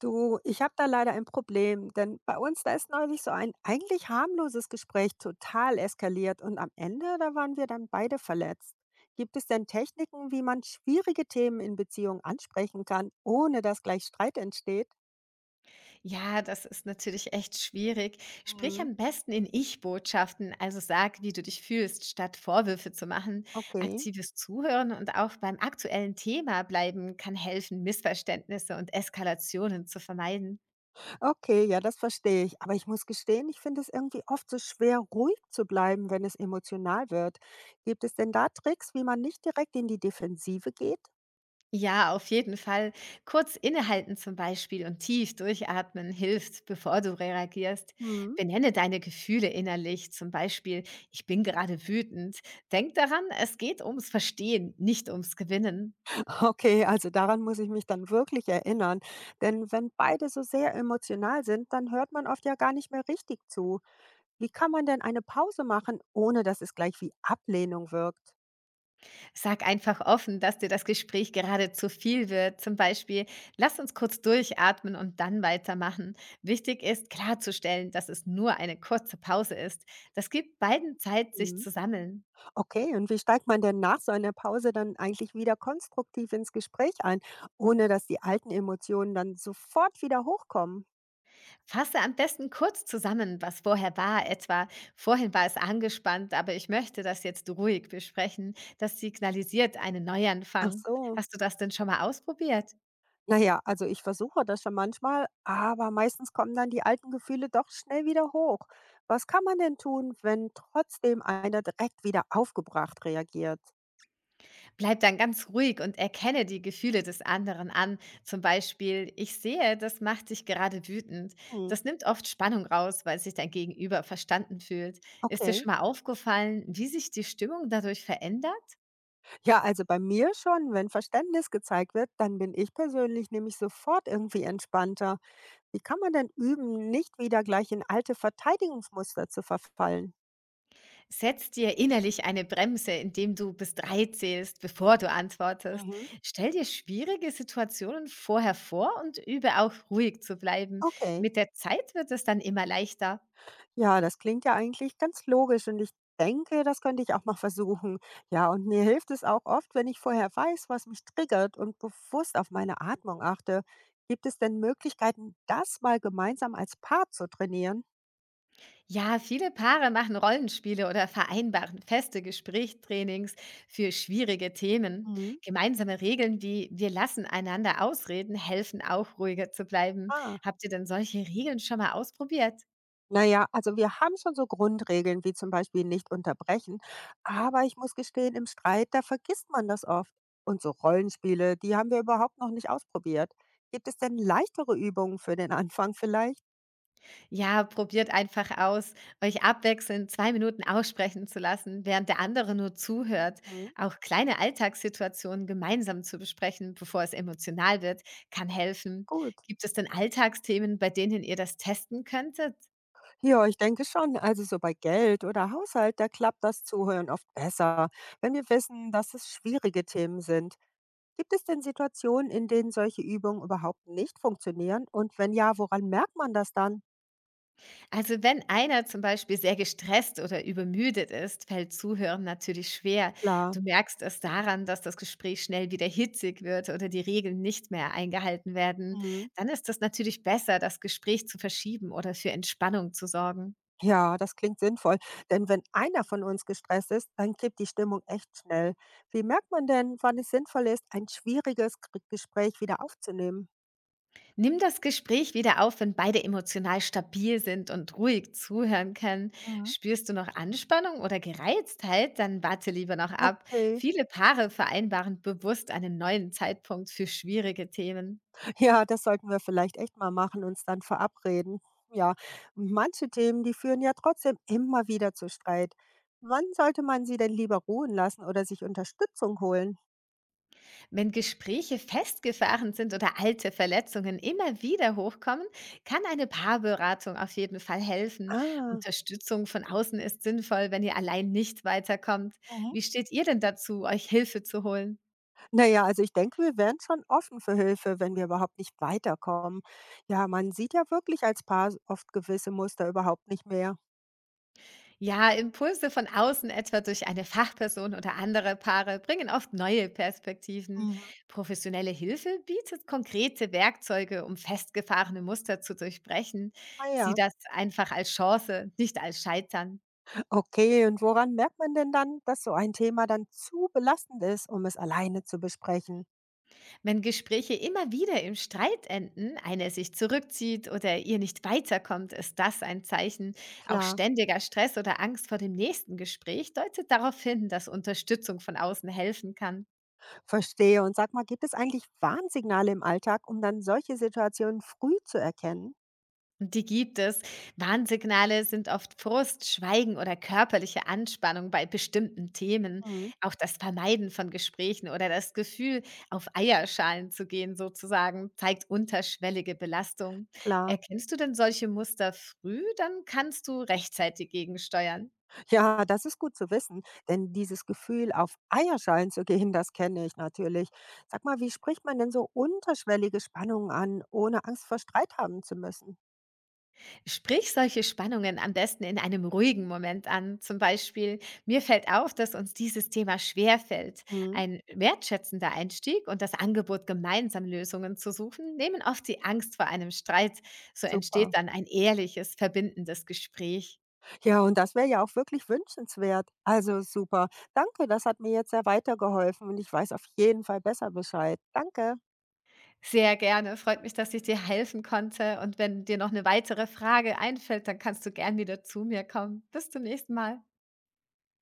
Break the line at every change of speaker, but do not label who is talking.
Du, ich habe da leider ein Problem, denn bei uns, da ist neulich so ein eigentlich harmloses Gespräch total eskaliert und am Ende, da waren wir dann beide verletzt. Gibt es denn Techniken, wie man schwierige Themen in Beziehungen ansprechen kann, ohne dass gleich Streit entsteht?
Ja, das ist natürlich echt schwierig. Sprich
Mhm.
am besten in Ich-Botschaften, also sag, wie du dich fühlst, statt Vorwürfe zu machen.
Okay,
Aktives Zuhören und auch beim aktuellen Thema bleiben kann helfen, Missverständnisse und Eskalationen zu vermeiden.
okay, ja, das verstehe ich. Aber ich muss gestehen, ich finde es irgendwie oft so schwer, ruhig zu bleiben, wenn es emotional wird. Gibt es denn da Tricks, wie man nicht direkt in die Defensive geht?
Ja, auf jeden Fall. Kurz innehalten zum Beispiel und tief durchatmen hilft, bevor du reagierst.
Hm.
Benenne deine Gefühle innerlich, zum Beispiel, ich bin gerade wütend. Denk daran, es geht ums Verstehen, nicht ums Gewinnen.
Okay, also daran muss ich mich dann wirklich erinnern. Denn wenn beide so sehr emotional sind, dann hört man oft ja gar nicht mehr richtig zu. Wie kann man denn eine Pause machen, ohne dass es gleich wie Ablehnung wirkt?
Sag einfach offen, dass dir das Gespräch gerade zu viel wird. Zum Beispiel, lass uns kurz durchatmen und dann weitermachen. Wichtig ist klarzustellen, dass es nur eine kurze Pause ist. Das gibt beiden Zeit, sich
Mhm.
zu sammeln.
Okay, und wie steigt man denn nach so einer Pause dann eigentlich wieder konstruktiv ins Gespräch ein, ohne dass die alten Emotionen dann sofort wieder hochkommen?
Fasse am besten kurz zusammen, was vorher war. Etwa, vorhin war es angespannt, aber ich möchte das jetzt ruhig besprechen. Das signalisiert einen
Ach
Neuanfang.
so.
Hast du das denn schon mal ausprobiert?
Na ja, also ich versuche das schon manchmal, aber meistens kommen dann die alten Gefühle doch schnell wieder hoch. Was kann man denn tun, wenn trotzdem einer direkt wieder aufgebracht reagiert?
Bleib dann ganz ruhig und erkenne die Gefühle des anderen an. Zum Beispiel, ich sehe, das macht dich gerade wütend.
Hm,
Das nimmt oft Spannung raus, weil sich dein Gegenüber verstanden fühlt. Ist dir
okay.
schon mal aufgefallen, wie sich die Stimmung dadurch verändert?
Ja, also bei mir schon, wenn Verständnis gezeigt wird, dann bin ich persönlich nämlich sofort irgendwie entspannter. Wie kann man denn üben, nicht wieder gleich in alte Verteidigungsmuster zu verfallen?
Setz dir innerlich eine Bremse, indem du bis drei zählst, bevor du antwortest.
Mhm.
Stell dir schwierige Situationen vorher vor und übe auch ruhig zu bleiben.
Okay.
Mit der Zeit wird es dann immer leichter.
Ja, das klingt ja eigentlich ganz logisch und ich denke, das könnte ich auch mal versuchen. Ja, und mir hilft es auch oft, wenn ich vorher weiß, was mich triggert und bewusst auf meine Atmung achte. Gibt es denn Möglichkeiten, das mal gemeinsam als Paar zu trainieren?
Ja, viele Paare machen Rollenspiele oder vereinbaren feste Gesprächstrainings für schwierige Themen.
Mhm.
Gemeinsame Regeln wie wir lassen einander ausreden helfen auch ruhiger zu bleiben.
Ah.
Habt ihr denn solche Regeln schon mal ausprobiert?
Naja, also wir haben schon so Grundregeln wie zum Beispiel nicht unterbrechen, aber ich muss gestehen, im Streit, da vergisst man das oft. Und so Rollenspiele, die haben wir überhaupt noch nicht ausprobiert. Gibt es denn leichtere Übungen für den Anfang vielleicht?
Ja, probiert einfach aus, euch abwechselnd 2 Minuten aussprechen zu lassen, während der andere nur zuhört.
Hm,
Auch kleine Alltagssituationen gemeinsam zu besprechen, bevor es emotional wird, kann helfen.
gut.
Gibt es denn Alltagsthemen, bei denen ihr das testen könntet?
Ja, ich denke schon. Also so bei Geld oder Haushalt, da klappt das Zuhören oft besser, wenn wir wissen, dass es schwierige Themen sind. Gibt es denn Situationen, in denen solche Übungen überhaupt nicht funktionieren? Und wenn ja, woran merkt man das dann?
Also wenn einer zum Beispiel sehr gestresst oder übermüdet ist, fällt Zuhören natürlich schwer.
Klar.
Du merkst es daran, dass das Gespräch schnell wieder hitzig wird oder die Regeln nicht mehr eingehalten werden.
Mhm.
Dann ist es natürlich besser, das Gespräch zu verschieben oder für Entspannung zu sorgen.
Ja, das klingt sinnvoll. Denn wenn einer von uns gestresst ist, dann kippt die Stimmung echt schnell. Wie merkt man denn, wann es sinnvoll ist, ein schwieriges Gespräch wieder aufzunehmen?
Nimm das Gespräch wieder auf, wenn beide emotional stabil sind und ruhig zuhören können.
Mhm.
Spürst du noch Anspannung oder Gereiztheit, dann warte lieber noch ab.
Okay.
Viele Paare vereinbaren bewusst einen neuen Zeitpunkt für schwierige Themen.
Ja, das sollten wir vielleicht echt mal machen, uns dann verabreden. Ja, manche Themen, die führen ja trotzdem immer wieder zu Streit. Wann sollte man sie denn lieber ruhen lassen oder sich Unterstützung holen?
Wenn Gespräche festgefahren sind oder alte Verletzungen immer wieder hochkommen, kann eine Paarberatung auf jeden Fall helfen.
Ah,
Unterstützung von außen ist sinnvoll, wenn ihr allein nicht weiterkommt.
mhm,
Wie steht ihr denn dazu, euch Hilfe zu holen?
naja, also ich denke, wir wären schon offen für Hilfe, wenn wir überhaupt nicht weiterkommen. Ja, man sieht ja wirklich als Paar oft gewisse Muster überhaupt nicht mehr.
Ja, Impulse von außen, etwa durch eine Fachperson oder andere Paare, bringen oft neue Perspektiven.
Mhm.
Professionelle Hilfe bietet konkrete Werkzeuge, um festgefahrene Muster zu durchbrechen.
Ah
Sieh
ja,
das einfach als Chance, nicht als Scheitern.
okay. Und woran merkt man denn dann, dass so ein Thema dann zu belastend ist, um es alleine zu besprechen?
Wenn Gespräche immer wieder im Streit enden, einer sich zurückzieht oder ihr nicht weiterkommt, ist das ein Zeichen. Auch
Klar.
ständiger Stress oder Angst vor dem nächsten Gespräch deutet darauf hin, dass Unterstützung von außen helfen kann.
Verstehe. Und sag mal, gibt es eigentlich Warnsignale im Alltag, um dann solche Situationen früh zu erkennen?
Und die gibt es. Warnsignale sind oft Frust, Schweigen oder körperliche Anspannung bei bestimmten Themen.
Mhm,
Auch das Vermeiden von Gesprächen oder das Gefühl, auf Eierschalen zu gehen, sozusagen, zeigt unterschwellige Belastung.
klar.
Erkennst du denn solche Muster früh, dann kannst du rechtzeitig gegensteuern.
Ja, das ist gut zu wissen, denn dieses Gefühl, auf Eierschalen zu gehen, das kenne ich natürlich. Sag mal, wie spricht man denn so unterschwellige Spannungen an, ohne Angst vor Streit haben zu müssen?
Sprich solche Spannungen am besten in einem ruhigen Moment an. Zum Beispiel, mir fällt auf, dass uns dieses Thema schwerfällt.
Mhm.
Ein wertschätzender Einstieg und das Angebot, gemeinsam Lösungen zu suchen, nehmen oft die Angst vor einem Streit. So entsteht
Super.
dann ein ehrliches, verbindendes Gespräch.
Ja, und das wäre ja auch wirklich wünschenswert. Also super. Danke, das hat mir jetzt sehr weitergeholfen und ich weiß auf jeden Fall besser Bescheid. Danke.
Sehr gerne. Freut mich, dass ich dir helfen konnte. Und wenn dir noch eine weitere Frage einfällt, dann kannst du gern wieder zu mir kommen. Bis zum nächsten Mal.